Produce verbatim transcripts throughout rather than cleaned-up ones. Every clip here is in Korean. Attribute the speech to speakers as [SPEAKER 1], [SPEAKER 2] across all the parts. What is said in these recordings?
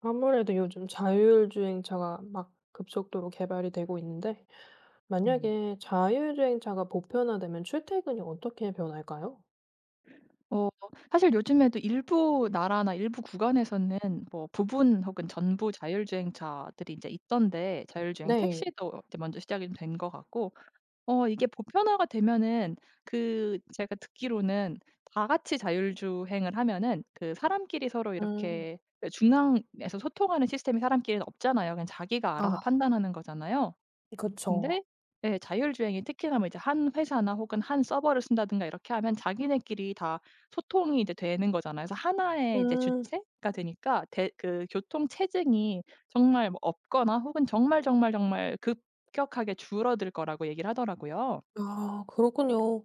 [SPEAKER 1] 아무래도 요즘 자율주행차가 막 급속도로 개발이 되고 있는데,
[SPEAKER 2] 네.
[SPEAKER 1] 만약에 자율주행차가 보편화되면 출퇴근이 어떻게 변할까요?
[SPEAKER 2] 어 사실 요즘에도 일부 나라나 일부 구간에서는 뭐 부분 혹은 전부 자율주행차들이 이제 있던데, 자율주행
[SPEAKER 1] 네.
[SPEAKER 2] 택시도 이제 먼저 시작이 된 것 같고, 어 이게 보편화가 되면은, 그 제가 듣기로는 다 같이 자율주행을 하면은 그 사람끼리 서로
[SPEAKER 1] 음,
[SPEAKER 2] 이렇게 그 중앙에서 소통하는 시스템이 사람끼리는 없잖아요. 그냥 자기가 알아서
[SPEAKER 1] 아,
[SPEAKER 2] 판단하는 거잖아요.
[SPEAKER 1] 그쵸.
[SPEAKER 2] 근데 예, 자율주행이 특히나 뭐 이제 한 회사나 혹은 한 서버를 쓴다든가 이렇게 하면 자기네끼리 다 소통이 이제 되는 거잖아요. 그래서 하나의 이제
[SPEAKER 1] 음,
[SPEAKER 2] 주체가 되니까 대 그 교통 체증이 정말 뭐 없거나 혹은 정말, 정말, 정말 급격하게 줄어들 거라고 얘기를 하더라고요.
[SPEAKER 1] 아, 그렇군요.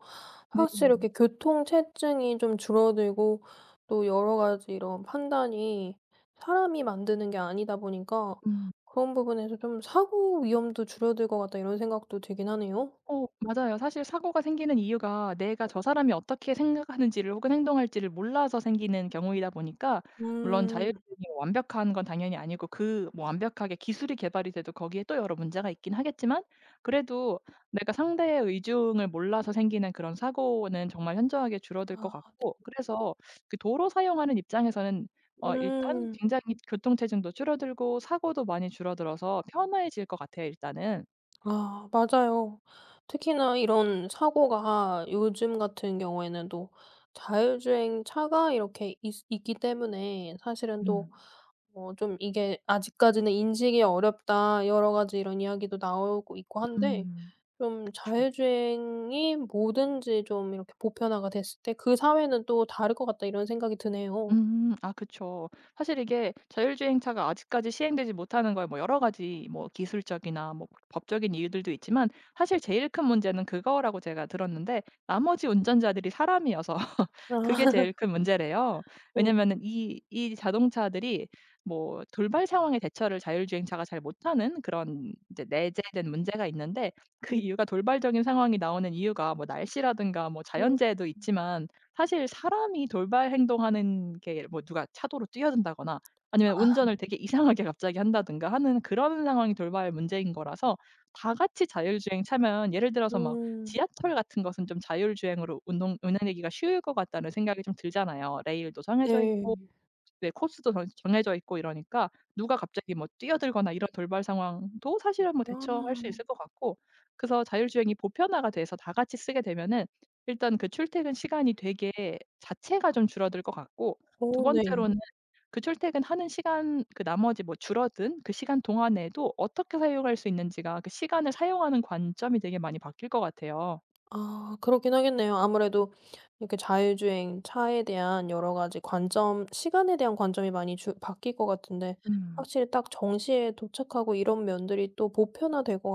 [SPEAKER 2] 네.
[SPEAKER 1] 확실히 이렇게 교통체증이 좀 줄어들고, 또 여러 가지 이런 판단이 사람이 만드는 게 아니다 보니까
[SPEAKER 2] 음.
[SPEAKER 1] 그런 부분에서 좀 사고 위험도 줄어들 것 같다 이런 생각도 들긴 하네요.
[SPEAKER 2] 어 맞아요. 사실 사고가 생기는 이유가 내가 저 사람이 어떻게 생각하는지를 혹은 행동할지를 몰라서 생기는 경우이다 보니까, 물론
[SPEAKER 1] 음,
[SPEAKER 2] 자율주행이 완벽한 건 당연히 아니고 그 뭐 완벽하게 기술이 개발이 돼도 거기에 또 여러 문제가 있긴 하겠지만, 그래도 내가 상대의 의중을 몰라서 생기는 그런 사고는 정말 현저하게 줄어들 것 같고, 그래서 그 도로 사용하는 입장에서는, 어 일단
[SPEAKER 1] 음.
[SPEAKER 2] 굉장히 교통 체증도 줄어들고 사고도 많이 줄어들어서 편해질 것 같아요, 일단은.
[SPEAKER 1] 아 맞아요. 특히나 이런 사고가 요즘 같은 경우에는 또 자율주행 차가 이렇게 있 있기 때문에 사실은 또
[SPEAKER 2] 음.
[SPEAKER 1] 어 좀 이게 "아직까지는 인식이 어렵다." 여러 가지 이런 이야기도 나오고 있고
[SPEAKER 2] 음.
[SPEAKER 1] 한데
[SPEAKER 2] 음.
[SPEAKER 1] 좀
[SPEAKER 2] 그쵸.
[SPEAKER 1] 자율주행이 뭐든지 좀 이렇게 보편화가 됐을 때 '그 사회는 또 다를 것 같다.' 이런 생각이 드네요.
[SPEAKER 2] 음. 아 그쵸. 사실 이게 자율주행차가 아직까지 시행되지 못하는 거에 뭐 여러 가지 뭐 기술적이나 뭐 법적인 이유들도 있지만, 사실 제일 큰 문제는 그거라고 제가 들었는데, 나머지 운전자들이 사람이어서 그게
[SPEAKER 1] 아.
[SPEAKER 2] 제일 큰 문제래요. 왜냐면은 이 이 자동차들이 뭐 돌발 상황에 대처를 자율주행차가 잘 못하는 그런 이제 내재된 문제가 있는데, 그 이유가 돌발적인 상황이 나오는 이유가 뭐 날씨라든가 뭐
[SPEAKER 1] 음.
[SPEAKER 2] 자연재해도 있지만, 사실 사람이 돌발 행동하는 게 뭐 누가 차도로 뛰어든다거나 아니면 운전을 되게 이상하게 갑자기 한다든가 하는 그런 상황이 돌발 문제인 거라서, 다 같이 자율주행 차면 예를 들어서 막
[SPEAKER 1] 음.
[SPEAKER 2] 지하철 같은 것은 좀 자율주행으로 운동 운행하기가 쉬울 것 같다는 생각이 좀 들잖아요. 레일도 정해져
[SPEAKER 1] 네.
[SPEAKER 2] 있고, 네 코스도 정 정해져 있고 이러니까, 누가 갑자기 뭐 뛰어들거나 이런 돌발 상황도 사실은 뭐 대처할 수
[SPEAKER 1] 아.
[SPEAKER 2] 있을 것 같고, 그래서 자율주행이 보편화가 돼서 다 같이 쓰게 되면은, 일단 그 출퇴근 시간이 되게 자체가 좀 줄어들 것 같고, 두
[SPEAKER 1] 오 네.
[SPEAKER 2] 번째로는 그 출퇴근하는 시간, 그 나머지 뭐 줄어든 그 시간 동안에도 어떻게 사용할 수 있는지가, 그 시간을 사용하는 관점이 되게 많이 바뀔 것 같아요.
[SPEAKER 1] 아 그렇긴 하겠네요. 아무래도 이렇게 자율주행 차에 대한 여러 가지 관점 시간에 대한 관점이 많이 주 바뀔 것 같은데
[SPEAKER 2] 음.
[SPEAKER 1] 확실히 딱 정시에 도착하고 이런 면들이 또 보편화될 것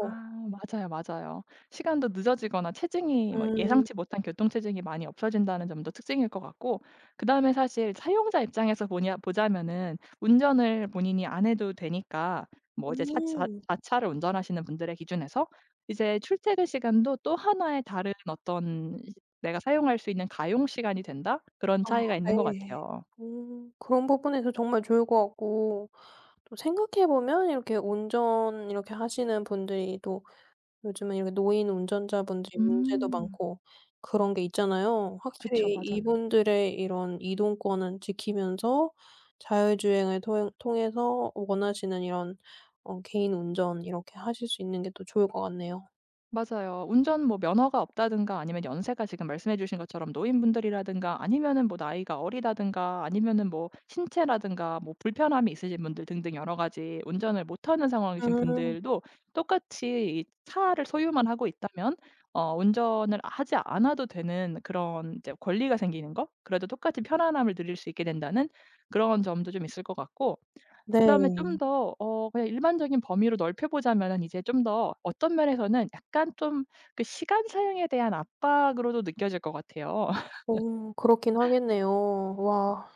[SPEAKER 2] 아 맞아요, 맞아요. 시간도 늦어지거나 체증이 뭐
[SPEAKER 1] 음.
[SPEAKER 2] 예상치 못한 교통 체증이 많이 없어진다는 점도 특징일 것 같고, 그다음에 사실 사용자 입장에서 보냐 보자면은 운전을 본인이 안 해도 되니까 뭐 이제 자차
[SPEAKER 1] 음.
[SPEAKER 2] 자차를 운전하시는 분들의 기준에서 이제 출퇴근 시간도 또 하나의 다른 어떤 시- 내가 사용할 수 있는 가용 시간이 된다? 그런
[SPEAKER 1] 아
[SPEAKER 2] 차이가 있는 것
[SPEAKER 1] 네.
[SPEAKER 2] 같아요.
[SPEAKER 1] 음 그런 부분에서 정말 좋을 것 같고 또 생각해 보면 이렇게 운전 이렇게 하시는 분들이 또 요즘은 이렇게 노인 운전자분들이 문제도
[SPEAKER 2] 음.
[SPEAKER 1] 많고 그런 게 있잖아요.
[SPEAKER 2] 그쵸.
[SPEAKER 1] 확실히
[SPEAKER 2] 맞아요,
[SPEAKER 1] 이분들의 이런 이동권은 지키면서 자율주행을 토 통해서 원하시는 이런 어 개인 운전 이렇게 하실 수 있는 게 또 좋을 것 같네요.
[SPEAKER 2] 맞아요. 운전 뭐 면허가 없다든가 아니면 연세가 지금 말씀해 주신 것처럼 노인분들이라든가 아니면은 뭐 나이가 어리다든가 아니면은 뭐 신체라든가 뭐 불편함이 있으신 분들 등등 여러 가지 운전을 못하는 상황이신
[SPEAKER 1] 음
[SPEAKER 2] 분들도 똑같이 이 차를 소유만 하고 있다면, 어 운전을 하지 않아도 되는 그런 이제 권리가 생기는 거? 그래도 똑같이 편안함을 누릴 수 있게 된다는 그런 점도 좀 있을 것 같고, 그다음에
[SPEAKER 1] 네.
[SPEAKER 2] 좀 더, 어 그냥 일반적인 범위로 넓혀 보자면은, 이제 좀 더 어떤 면에서는 약간 좀 그 시간 사용에 대한 압박으로도 느껴질 것 같아요.
[SPEAKER 1] 음 그렇긴 하겠네요. 와.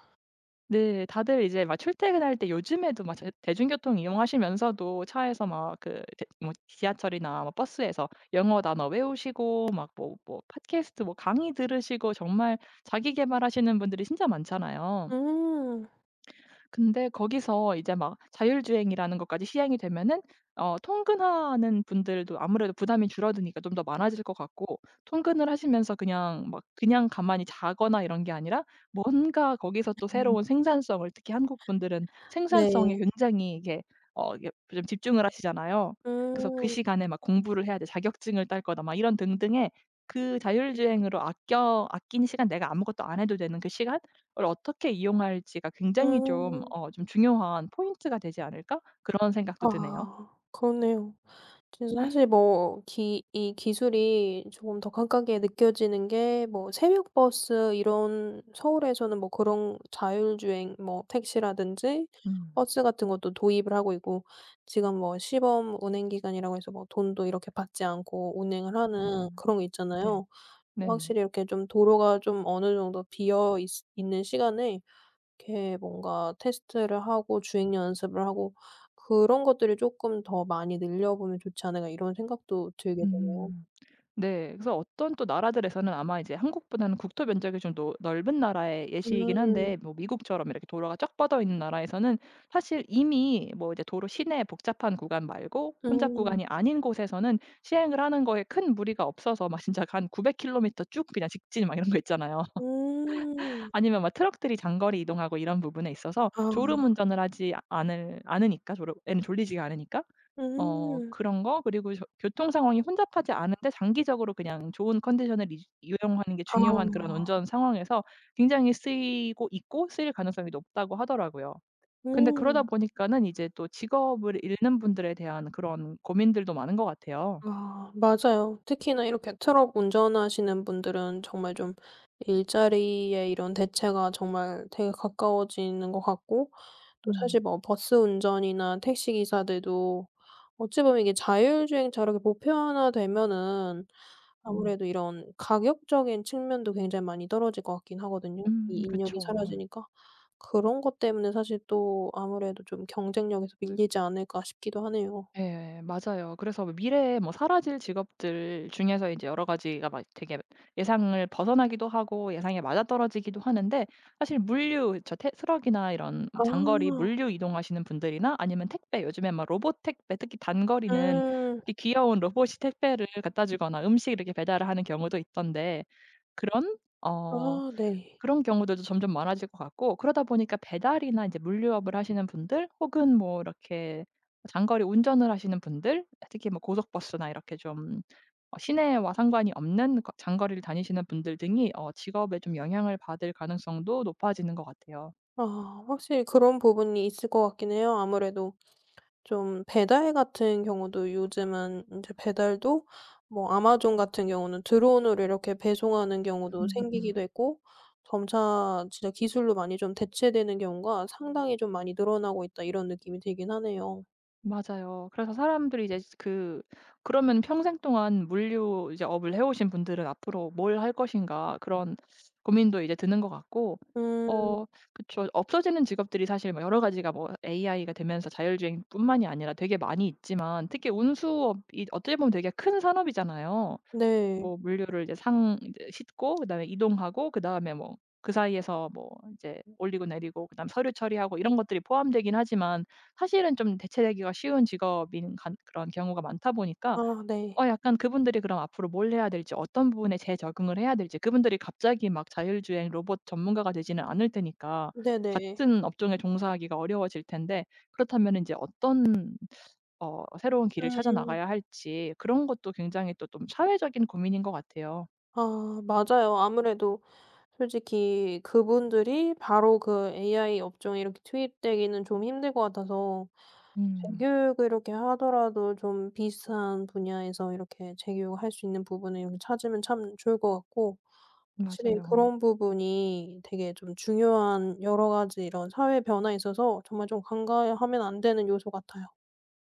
[SPEAKER 2] 네. 다들 이제 막 출퇴근할 때 요즘에도 막 제 대중교통 이용하시면서도 차에서 막 그 뭐 지하철이나 뭐 버스에서 영어 단어 외우시고 막 뭐 뭐 팟캐스트 뭐 강의 들으시고, 정말 자기 개발하시는 분들이 진짜 많잖아요.
[SPEAKER 1] 음.
[SPEAKER 2] 근데 거기서 이제 막 자율주행이라는 것까지 시행이 되면은, 어 통근하는 분들도 아무래도 부담이 줄어드니까 좀 더 많아질 것 같고, 통근을 하시면서 그냥 막 그냥 가만히 자거나 이런 게 아니라 뭔가 거기서 또
[SPEAKER 1] 음.
[SPEAKER 2] 새로운 생산성을, 특히 한국 분들은
[SPEAKER 1] 네.
[SPEAKER 2] 생산성에 굉장히 이게, 어 이게 좀 집중을 하시잖아요. 그래서 그
[SPEAKER 1] 음.
[SPEAKER 2] 시간에 막 공부를 해야 돼. 자격증을 딸 거다. 막 이런 등등의 그 자율주행으로 아껴 아낀 시간, 내가 아무것도 안 해도 되는 그 시간 어떻게 이용할지가 굉장히 좀,
[SPEAKER 1] 음.
[SPEAKER 2] 어 좀 중요한 포인트가 되지 않을까? 그런 생각도 드네요.
[SPEAKER 1] 아 그렇네요. 그래서 사실 뭐 기 이 기술이 조금 더 강하게 느껴지는 게 뭐 새벽 버스 이런 서울에서는 뭐 그런 자율주행 뭐 택시라든지
[SPEAKER 2] 음.
[SPEAKER 1] 버스 같은 것도 도입을 하고 있고 지금 뭐 시범 운행 기간이라고 해서 뭐 돈도 이렇게 받지 않고 운행을 하는
[SPEAKER 2] 음.
[SPEAKER 1] 그런 게
[SPEAKER 2] 네.
[SPEAKER 1] 있잖아요.
[SPEAKER 2] 네네.
[SPEAKER 1] 확실히 이렇게 좀 도로가 좀 어느 정도 비어 있 있는 시간에 이렇게 뭔가 테스트를 하고 주행 연습을 하고 그런 것들을 쪼끔 더 많이 늘려보면 좋지 않을까 이런 생각도 들게 되네요.
[SPEAKER 2] 음. 네. 그래서 어떤 또 나라들에서는 아마 이제 한국보다는 국토 면적이 좀 노 넓은 나라의 예시이긴
[SPEAKER 1] 음.
[SPEAKER 2] 한데, 뭐 미국처럼 이렇게 도로가 쫙 뻗어 있는 나라에서는 사실 이미 뭐 이제 도로 시내 복잡한 구간 말고 혼잡
[SPEAKER 1] 음.
[SPEAKER 2] 구간이 아닌 곳에서는 시행을 하는 거에 큰 무리가 없어서, 막 진짜 한 구백 킬로미터 쭉 그냥 직진 막 이런 거 있잖아요.
[SPEAKER 1] 음.
[SPEAKER 2] 아니면 막 트럭들이 장거리 이동하고 이런 부분에 있어서
[SPEAKER 1] 아.
[SPEAKER 2] 졸음 운전을 하지 아- 않을 않으니까, 졸음 애는 졸리지가 않으니까, 어
[SPEAKER 1] 음.
[SPEAKER 2] 그런 거, 그리고 저 교통 상황이 혼잡하지 않은데 장기적으로 그냥 좋은 컨디션을 이용하는 게 중요한 그런
[SPEAKER 1] 아.
[SPEAKER 2] 운전 상황에서 굉장히 쓰이고 있고 쓰일 가능성이 높다고 하더라고요. 근데 그러다
[SPEAKER 1] 음.
[SPEAKER 2] 보니까는 이제 또 직업을 잃는 분들에 대한 그런 고민들도 많은 것 같아요.
[SPEAKER 1] 아 맞아요. 특히나 이렇게 트럭 운전하시는 분들은 정말 좀 일자리의 이런 대체가 정말 되게 가까워지는 것 같고 또
[SPEAKER 2] 음.
[SPEAKER 1] 사실 뭐 버스 운전이나 택시 기사들도 어찌 보면 이게 자율주행차 이렇게 보편화되면은
[SPEAKER 2] 음.
[SPEAKER 1] 아무래도 이런 가격적인 측면도 굉장히 많이 떨어질 것 같긴 하거든요, 이
[SPEAKER 2] 음
[SPEAKER 1] 인력이
[SPEAKER 2] 그쵸.
[SPEAKER 1] 사라지니까. 그런 것 때문에 사실 또 아무래도 좀 경쟁력에서 밀리지 않을까 싶기도 하네요.
[SPEAKER 2] 예, 맞아요. 그래서 뭐 미래에 뭐 사라질 직업들 중에서 이제 여러 가지가 막 되게 예상을 벗어나기도 하고 예상에 맞아떨어지기도 하는데, 사실 물류 저 태 트럭이나 이런 장거리
[SPEAKER 1] 아.
[SPEAKER 2] 물류 이동하시는 분들이나 아니면 택배, 요즘에 막 로봇 택배 특히 단거리는
[SPEAKER 1] 음.
[SPEAKER 2] 이 귀여운 로봇이 택배를 갖다 주거나 음식 이렇게 배달을 하는 경우도 있던데, 그런, 어
[SPEAKER 1] 아 네.
[SPEAKER 2] 그런 경우들도 점점 많아질 것 같고, 그러다 보니까 배달이나 이제 물류업을 하시는 분들 혹은 뭐 이렇게 장거리 운전을 하시는 분들, 특히 뭐 고속버스나 이렇게 좀, 어 시내와 상관이 없는 거 장거리를 다니시는 분들 등이 어 직업에 좀 영향을 받을 가능성도 높아지는 것 같아요.
[SPEAKER 1] 아 확실히 그런 부분이 있을 것 같긴 해요. 아무래도 좀 배달 같은 경우도 요즘은 인제 배달도 뭐 아마존 같은 경우는 드론으로 이렇게 배송하는 경우도
[SPEAKER 2] 음.
[SPEAKER 1] 생기기도 했고 점차 진짜 기술로 많이 좀 대체되는 경우가 상당히 좀 많이 늘어나고 있다 이런 느낌이 들긴 하네요.
[SPEAKER 2] 맞아요. 그래서 사람들이 이제 그 그러면 평생 동안 물류 이제 업을 해 오신 분들은 '앞으로 뭘 할 것인가.' 그런 고민도 이제 드는 것 같고,
[SPEAKER 1] 음.
[SPEAKER 2] 어 그쵸. 없어지는 직업들이 사실 뭐 여러 가지가 뭐 에이아이가 되면서 자율주행뿐만이 아니라 되게 많이 있지만, 특히 운수업이 어떻게 보면 되게 큰 산업이잖아요.
[SPEAKER 1] 네.
[SPEAKER 2] 뭐 물류를 이제 상 이제 싣고 그다음에 이동하고 그다음에 뭐 그 사이에서 뭐 이제 올리고 내리고 그다음 서류 처리하고 이런 것들이 포함되긴 하지만, 사실은 좀 대체되기가 쉬운 직업인 간 그런 경우가 많다 보니까,
[SPEAKER 1] 아 네.
[SPEAKER 2] 어 약간 그분들이 그럼 앞으로 뭘 해야 될지 어떤 부분에 재적응을 해야 될지, 그분들이 갑자기 막 자율주행 로봇 전문가가 되지는 않을 테니까
[SPEAKER 1] 네네.
[SPEAKER 2] 같은 업종에 종사하기가 어려워질 텐데, 그렇다면 이제 어떤, 어 새로운 길을 찾아
[SPEAKER 1] 음.
[SPEAKER 2] 나가야 할지 그런 것도 굉장히 또 좀 사회적인 고민인 것 같아요.
[SPEAKER 1] 아 맞아요. 아무래도 솔직히 그분들이 바로 그 에이아이 업종에 이렇게 투입되기는 좀 힘들 것 같아서
[SPEAKER 2] 음
[SPEAKER 1] 재교육을 이렇게 하더라도 좀 비슷한 분야에서 이렇게 재교육할 수 있는 부분을 이렇게 찾으면 참 좋을 것 같고 확실히
[SPEAKER 2] 맞아요.
[SPEAKER 1] 그런 부분이 되게 좀 중요한 여러 가지 이런 사회 변화에 있어서 정말 좀 간과하면 안 되는 요소 같아요.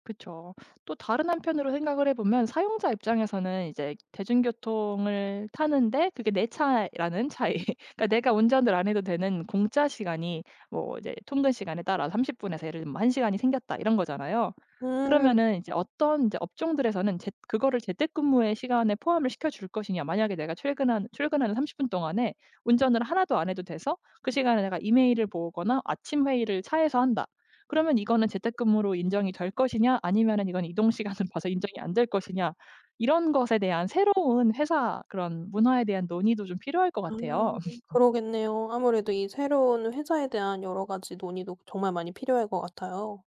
[SPEAKER 2] 그쵸. 또 다른 한편으로 생각을 해 보면 사용자 입장에서는 이제 대중교통을 타는데 그게 내 차라는 차이. 그러니까 내가 운전을 안 해도 되는 공짜 시간이 뭐 이제 통근 시간에 따라 삼십 분에서 예를 들면 뭐 한 시간이 생겼다 이런 거잖아요.
[SPEAKER 1] 음.
[SPEAKER 2] 그러면은 이제 어떤 이제 업종들에서는 재 그거를 재택근무의 시간에 포함을 시켜 줄 것이냐. 만약에 내가 출근한 출근하는 삼십 분 동안에 운전을 하나도 안 해도 돼서 그 시간에 내가 이메일을 보거나 아침 회의를 차에서 한다. 그러면 이거는 재택근무로 인정이 될 것이냐, 아니면은 이건 이동 시간을 봐서 인정이 안 될 것이냐. 이런 것에 대한 새로운 회사 그런 문화에 대한 논의도 좀 필요할 것
[SPEAKER 1] 아
[SPEAKER 2] 같아요.
[SPEAKER 1] 그러겠네요. 아무래도 이 새로운 회사에 대한 여러 가지 논의도 정말 많이 필요할 것 같아요.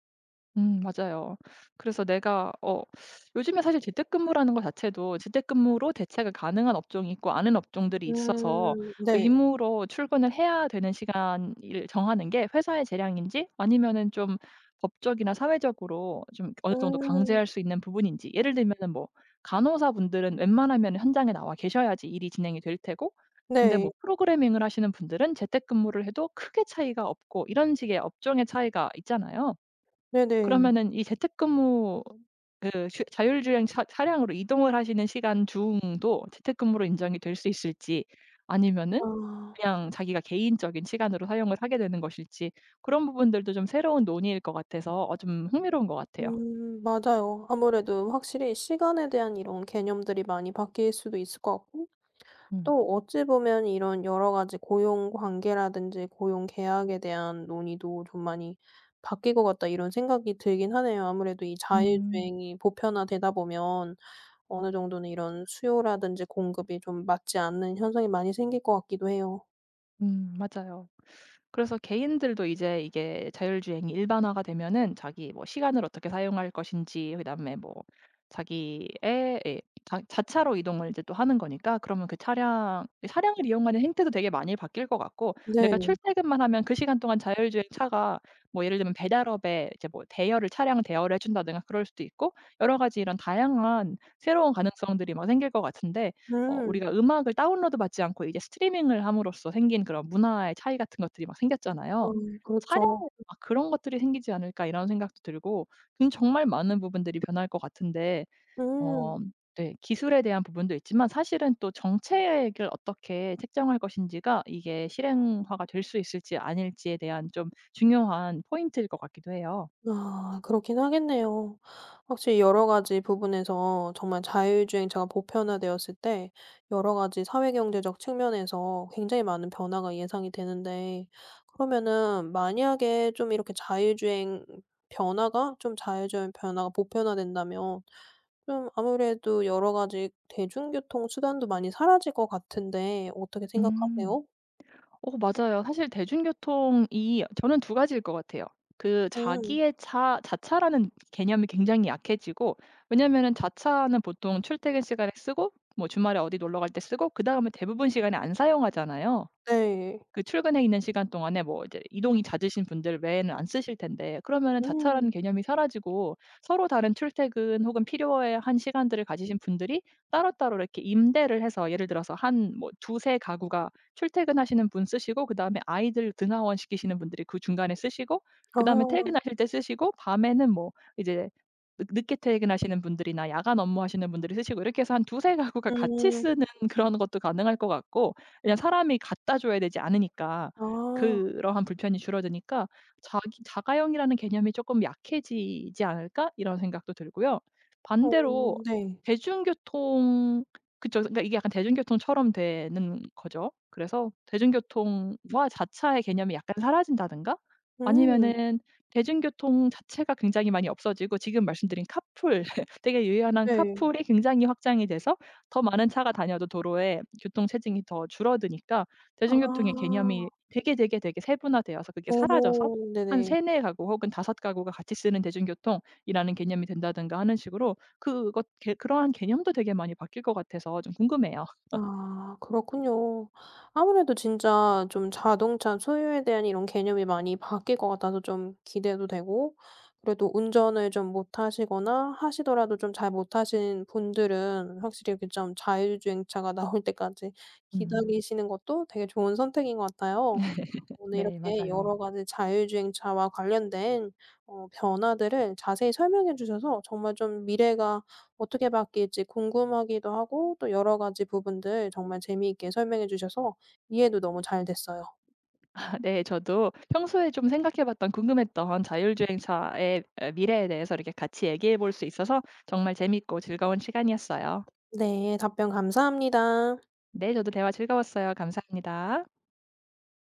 [SPEAKER 2] 음 맞아요. 그래서 내가, 어 요즘에 사실 재택근무라는 것 자체도 재택근무로 대체가 가능한 업종이 있고 아는 업종들이 있어서,
[SPEAKER 1] 음 네.
[SPEAKER 2] 의무로 출근을 해야 되는 시간을 정하는 게 회사의 재량인지 아니면은 좀 법적이나 사회적으로 좀 어느 정도
[SPEAKER 1] 음
[SPEAKER 2] 강제할 수 있는 부분인지, 예를 들면은 뭐 간호사분들은 웬만하면 현장에 나와 계셔야지 일이 진행이 될 테고, 근데
[SPEAKER 1] 네.
[SPEAKER 2] 뭐 프로그래밍을 하시는 분들은 재택근무를 해도 크게 차이가 없고 이런 식의 업종의 차이가 있잖아요.
[SPEAKER 1] 네네.
[SPEAKER 2] 그러면은 이 재택근무, 그 휴- 자율주행 차 차량으로 이동을 하시는 시간 중도 재택근무로 인정이 될 수 있을지, 아니면은
[SPEAKER 1] 아
[SPEAKER 2] 그냥 자기가 개인적인 시간으로 사용을 하게 되는 것일지, 그런 부분들도 좀 새로운 논의일 것 같아서, 어 좀 흥미로운 것 같아요.
[SPEAKER 1] 음 맞아요. 아무래도 확실히 시간에 대한 이런 개념들이 많이 바뀔 수도 있을 것 같고
[SPEAKER 2] 음.
[SPEAKER 1] 또 어찌 보면 이런 여러 가지 고용 관계라든지 고용 계약에 대한 논의도 좀 많이 바뀔 것 같다 이런 생각이 들긴 하네요. 아무래도 이
[SPEAKER 2] 음.
[SPEAKER 1] 자율주행이 보편화되다 보면 어느 정도는 이런 수요라든지 공급이 좀 맞지 않는 현상이 많이 생길 것 같기도 해요.
[SPEAKER 2] 음 맞아요. 그래서 개인들도 이제 이게 자율주행이 일반화가 되면은 자기 뭐 시간을 어떻게 사용할 것인지, 그다음에 뭐 자기의 예, 자 자차로 이동을 이제 또 하는 거니까 그러면 그 차량 차량을 이용하는 행태도 되게 많이 바뀔 것 같고, 내가
[SPEAKER 1] 네.
[SPEAKER 2] 출퇴근만 하면 그 시간 동안 자율주행 차가 뭐 예를 들면 배달업에 이제 뭐 대여를, 차량 대여를 해 준다든가 그럴 수도 있고, 여러 가지 이런 다양한 새로운 가능성들이 막 생길 것 같은데, 어
[SPEAKER 1] 음.
[SPEAKER 2] 우리가 음악을 다운로드 받지 않고 이제 스트리밍을 함으로써 생긴 그런 문화의 차이 같은 것들이 막
[SPEAKER 1] 아
[SPEAKER 2] 생겼잖아요.
[SPEAKER 1] 그렇죠.
[SPEAKER 2] 차량에도 막 '그런 것들이 생기지 않을까.' 이런 생각도 들고, 음 정말 많은 부분들이 변할 것 같은데,
[SPEAKER 1] 음.
[SPEAKER 2] 어 네 기술에 대한 부분도 있지만 사실은 또 정책을 어떻게 책정할 것인지가 이게 실행화가 될 수 있을지 아닐지에 대한 좀 중요한 포인트일 것 같기도 해요.
[SPEAKER 1] 아 그렇긴 하겠네요. 확실히 여러 가지 부분에서 정말 자율주행차가 보편화되었을 때 여러 가지 사회 경제적 측면에서 굉장히 많은 변화가 예상이 되는데 그러면은 만약에 좀 이렇게 자율주행 변화가 좀 자율주행 변화가 보편화된다면 좀 아무래도 여러 가지 대중교통 수단도 많이 사라질 것 같은데 어떻게
[SPEAKER 2] 음.
[SPEAKER 1] 생각하세요?
[SPEAKER 2] 어 맞아요. 사실 대중교통이 저는 두 가지일 것 같아요. 그
[SPEAKER 1] 음.
[SPEAKER 2] 자기의 차, 자차라는 개념이 굉장히 약해지고, 왜냐면은 자차는 보통 출퇴근 시간에 쓰고 뭐 주말에 어디 놀러 갈 때 쓰고 그다음에 대부분 시간에 안 사용하잖아요.
[SPEAKER 1] 네.
[SPEAKER 2] 그 출근해 있는 시간 동안에 뭐 이제 이동이 잦으신 분들 외에는 안 쓰실 텐데, 그러면은 자차라는
[SPEAKER 1] 음.
[SPEAKER 2] 개념이 사라지고, 서로 다른 출퇴근 혹은 필요한 시간들을 가지신 분들이 따로따로 이렇게 임대를 해서, 예를 들어서 한 뭐 두세 가구가 출퇴근하시는 분 쓰시고, 그다음에 아이들 등하원 시키시는 분들이 그 중간에 쓰시고, 그다음에
[SPEAKER 1] 아.
[SPEAKER 2] 퇴근하실 때 쓰시고, 밤에는 뭐 이제 늦 늦게 퇴근하시는 분들이나 야간 업무하시는 분들이 쓰시고, 이렇게 해서 한 두세 가구가 같이
[SPEAKER 1] 음.
[SPEAKER 2] 쓰는 그런 것도 가능할 것 같고, 그냥 사람이 갖다 줘야 되지 않으니까,
[SPEAKER 1] 아.
[SPEAKER 2] 그러한 불편이 줄어드니까, 자기 '자가용이라는 개념이 조금 약해지지 않을까?' 이런 생각도 들고요.
[SPEAKER 1] 어
[SPEAKER 2] 반대로
[SPEAKER 1] 네.
[SPEAKER 2] 대중교통, 그쵸. 그러니까 이게 약간 대중교통처럼 되는 거죠. 그래서 대중교통과 자차의 개념이 약간 사라진다든가,
[SPEAKER 1] 음.
[SPEAKER 2] 아니면은 대중교통 자체가 굉장히 많이 없어지고, 지금 말씀드린 카풀 되게 유연한
[SPEAKER 1] 네.
[SPEAKER 2] 카풀이 굉장히 확장이 돼서, 더 많은 차가 다녀도 도로에 교통 체증이 더 줄어드니까, 대중교통의
[SPEAKER 1] 아.
[SPEAKER 2] 개념이 되게, 되게, 되게 세분화되어서 그게
[SPEAKER 1] 어
[SPEAKER 2] 사라져서 한
[SPEAKER 1] 네네.
[SPEAKER 2] 세네 가구 혹은 다섯 가구가 같이 쓰는 대중교통이라는 개념이 된다든가 하는 식으로, 그것 개 그러한 개념도 되게 많이 바뀔 것 같아서 좀 궁금해요.
[SPEAKER 1] 아 그렇군요. 아무래도 진짜 좀 자동차 소유에 대한 이런 개념이 많이 바뀔 것 같아서 좀 기대도 되고 그래도 운전을 좀 못하시거나 하시더라도 좀 잘 못하신 분들은 확실히 이렇게 좀 자율주행차가 나올 때까지
[SPEAKER 2] 음.
[SPEAKER 1] 기다리시는 것도 되게 좋은 선택인 것 같아요. 오늘
[SPEAKER 2] 네
[SPEAKER 1] 이렇게
[SPEAKER 2] 맞아요.
[SPEAKER 1] 여러 가지 자율주행차와 관련된 어 변화들을 자세히 설명해 주셔서 정말 좀 미래가 어떻게 바뀔지 궁금하기도 하고 또 여러 가지 부분들 정말 재미있게 설명해 주셔서 이해도 너무 잘 됐어요.
[SPEAKER 2] 네 저도 평소에 좀 생각해 봤던, 궁금했던 자율주행차의 에, 미래에 대해서 이렇게 같이 얘기해 볼 수 있어서 정말 재밌고 즐거운 시간이었어요.
[SPEAKER 1] 네. 답변 감사합니다.
[SPEAKER 2] 네 저도 대화 즐거웠어요. 감사합니다.